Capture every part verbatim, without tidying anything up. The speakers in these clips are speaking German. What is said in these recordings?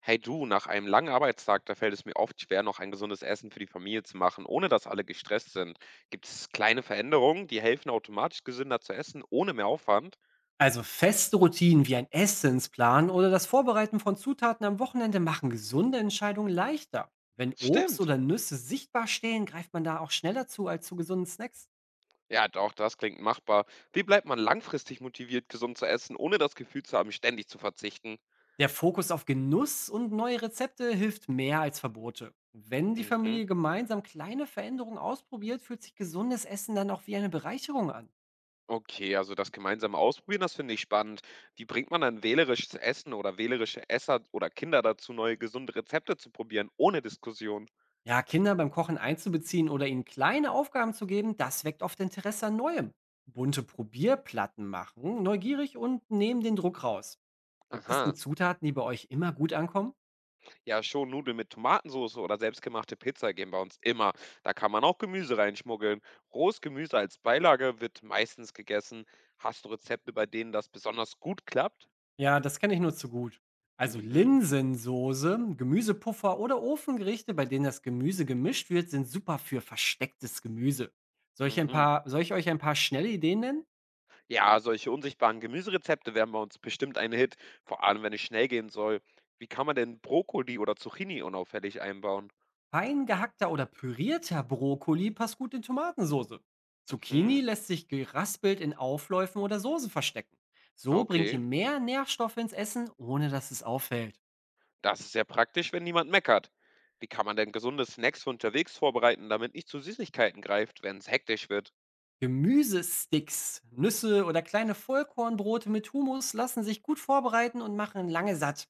Hey du, nach einem langen Arbeitstag, da fällt es mir oft schwer, noch ein gesundes Essen für die Familie zu machen, ohne dass alle gestresst sind. Gibt es kleine Veränderungen, die helfen, automatisch gesünder zu essen, ohne mehr Aufwand? Also feste Routinen wie ein Essensplan oder das Vorbereiten von Zutaten am Wochenende machen gesunde Entscheidungen leichter. Wenn Obst Stimmt. oder Nüsse sichtbar stehen, greift man da auch schneller zu als zu gesunden Snacks. Ja, doch, das klingt machbar. Wie bleibt man langfristig motiviert, gesund zu essen, ohne das Gefühl zu haben, ständig zu verzichten? Der Fokus auf Genuss und neue Rezepte hilft mehr als Verbote. Wenn die Mhm. Familie gemeinsam kleine Veränderungen ausprobiert, fühlt sich gesundes Essen dann auch wie eine Bereicherung an. Okay, also das gemeinsame Ausprobieren, das finde ich spannend. Wie bringt man dann wählerisches Essen oder wählerische Esser oder Kinder dazu, neue gesunde Rezepte zu probieren, ohne Diskussion? Ja, Kinder beim Kochen einzubeziehen oder ihnen kleine Aufgaben zu geben, das weckt oft Interesse an Neuem. Bunte Probierplatten machen, neugierig und nehmen den Druck raus. Gibt es denn Aha. Zutaten, die bei euch immer gut ankommen? Ja, schon Nudeln mit Tomatensoße oder selbstgemachte Pizza gehen bei uns immer. Da kann man auch Gemüse reinschmuggeln. Rohes Gemüse als Beilage wird meistens gegessen. Hast du Rezepte, bei denen das besonders gut klappt? Ja, das kenne ich nur zu gut. Also Mhm, Linsensoße, Gemüsepuffer oder Ofengerichte, bei denen das Gemüse gemischt wird, sind super für verstecktes Gemüse. Soll ich, ein mhm. Paar, soll ich euch ein paar schnelle Ideen nennen? Ja, solche unsichtbaren Gemüserezepte wären bei uns bestimmt ein Hit, vor allem wenn es schnell gehen soll. Wie kann man denn Brokkoli oder Zucchini unauffällig einbauen? Fein gehackter oder pürierter Brokkoli passt gut in Tomatensoße. Zucchini Mhm, lässt sich geraspelt in Aufläufen oder Soßen verstecken. So bringt okay. ihr mehr Nährstoffe ins Essen, ohne dass es auffällt. Das ist ja praktisch, wenn niemand meckert. Wie kann man denn gesunde Snacks für unterwegs vorbereiten, damit nicht zu Süßigkeiten greift, wenn es hektisch wird? Gemüsesticks, Nüsse oder kleine Vollkornbrote mit Hummus lassen sich gut vorbereiten und machen lange satt.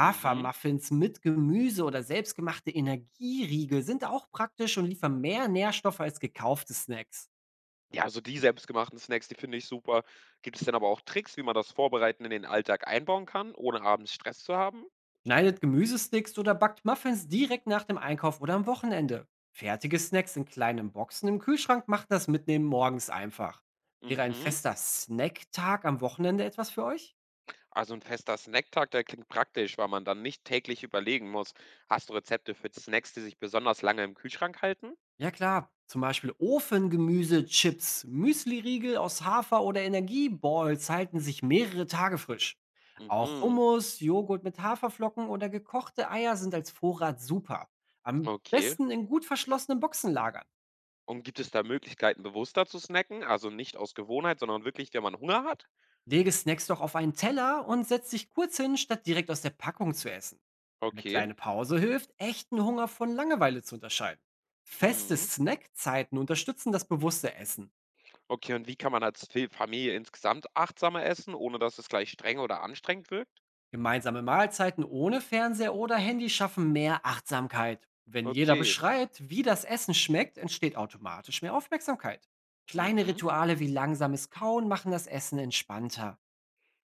Mhm. mit Gemüse oder selbstgemachte Energieriegel sind auch praktisch und liefern mehr Nährstoffe als gekaufte Snacks. Ja, also die selbstgemachten Snacks, die finde ich super. Gibt es denn aber auch Tricks, wie man das Vorbereiten in den Alltag einbauen kann, ohne abends Stress zu haben? Schneidet Gemüsesticks oder backt Muffins direkt nach dem Einkauf oder am Wochenende. Fertige Snacks in kleinen Boxen im Kühlschrank machen das Mitnehmen morgens einfach. Wäre ein Mhm. fester Snacktag am Wochenende etwas für euch? Also ein fester Snacktag, der klingt praktisch, weil man dann nicht täglich überlegen muss. Hast du Rezepte für Snacks, die sich besonders lange im Kühlschrank halten? Ja klar, zum Beispiel Ofengemüse, Chips, Müsliriegel aus Hafer oder Energieballs halten sich mehrere Tage frisch. Auch Mhm. Hummus, Joghurt mit Haferflocken oder gekochte Eier sind als Vorrat super. Am Okay. besten in gut verschlossenen Boxen lagern. Und gibt es da Möglichkeiten, bewusster zu snacken? Also nicht aus Gewohnheit, sondern wirklich, wenn man Hunger hat? Lege Snacks doch auf einen Teller und setz dich kurz hin, statt direkt aus der Packung zu essen. Eine Okay. kleine Pause hilft, echten Hunger von Langeweile zu unterscheiden. Feste Mhm. Snackzeiten unterstützen das bewusste Essen. Okay, und wie kann man als Fa- Familie insgesamt achtsamer essen, ohne dass es gleich streng oder anstrengend wirkt? Gemeinsame Mahlzeiten ohne Fernseher oder Handy schaffen mehr Achtsamkeit. Wenn jeder Okay. beschreibt, wie das Essen schmeckt, entsteht automatisch mehr Aufmerksamkeit. Kleine Mhm. Rituale wie langsames Kauen machen das Essen entspannter.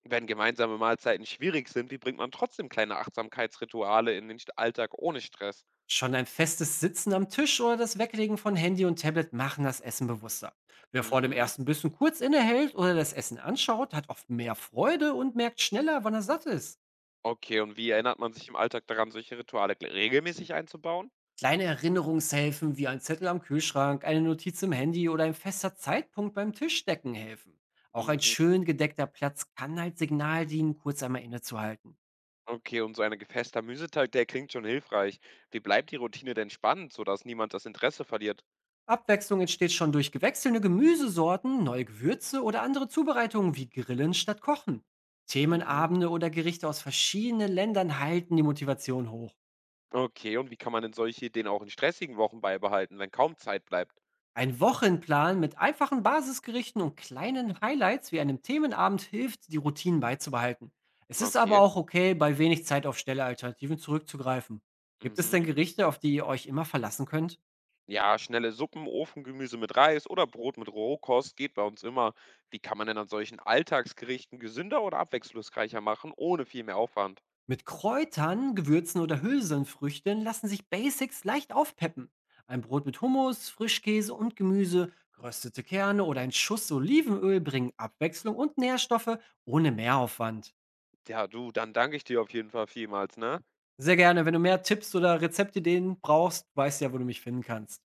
Wenn gemeinsame Mahlzeiten schwierig sind, wie bringt man trotzdem kleine Achtsamkeitsrituale in den St- Alltag ohne Stress? Schon ein festes Sitzen am Tisch oder das Weglegen von Handy und Tablet machen das Essen bewusster. Wer vor dem Mhm. ersten Bissen kurz innehält oder das Essen anschaut, hat oft mehr Freude und merkt schneller, wann er satt ist. Okay, und wie erinnert man sich im Alltag daran, solche Rituale gl- regelmäßig einzubauen? Kleine Erinnerungshilfen wie ein Zettel am Kühlschrank, eine Notiz im Handy oder ein fester Zeitpunkt beim Tischdecken helfen. Auch ein Mhm. schön gedeckter Platz kann als Signal dienen, kurz einmal innezuhalten. Okay, und so ein gefester Müsetag, der klingt schon hilfreich. Wie bleibt die Routine denn spannend, sodass niemand das Interesse verliert? Abwechslung entsteht schon durch gewechselnde Gemüsesorten, neue Gewürze oder andere Zubereitungen wie Grillen statt Kochen. Mhm. Themenabende oder Gerichte aus verschiedenen Ländern halten die Motivation hoch. Okay, und wie kann man denn solche Ideen auch in stressigen Wochen beibehalten, wenn kaum Zeit bleibt? Ein Wochenplan mit einfachen Basisgerichten und kleinen Highlights wie einem Themenabend hilft, die Routinen beizubehalten. Es ist aber Okay. auch okay, bei wenig Zeit auf schnelle Alternativen zurückzugreifen. Gibt es denn Mhm. Gerichte, auf die ihr euch immer verlassen könnt? Ja, schnelle Suppen, Ofengemüse mit Reis oder Brot mit Rohkost geht bei uns immer. Wie kann man denn an solchen Alltagsgerichten gesünder oder abwechslungsreicher machen, ohne viel mehr Aufwand? Mit Kräutern, Gewürzen oder Hülsenfrüchten lassen sich Basics leicht aufpeppen. Ein Brot mit Hummus, Frischkäse und Gemüse, geröstete Kerne oder ein Schuss Olivenöl bringen Abwechslung und Nährstoffe ohne Mehraufwand. Ja, du, dann danke ich dir auf jeden Fall vielmals, ne? Sehr gerne, wenn du mehr Tipps oder Rezeptideen brauchst, weißt ja, wo du mich finden kannst.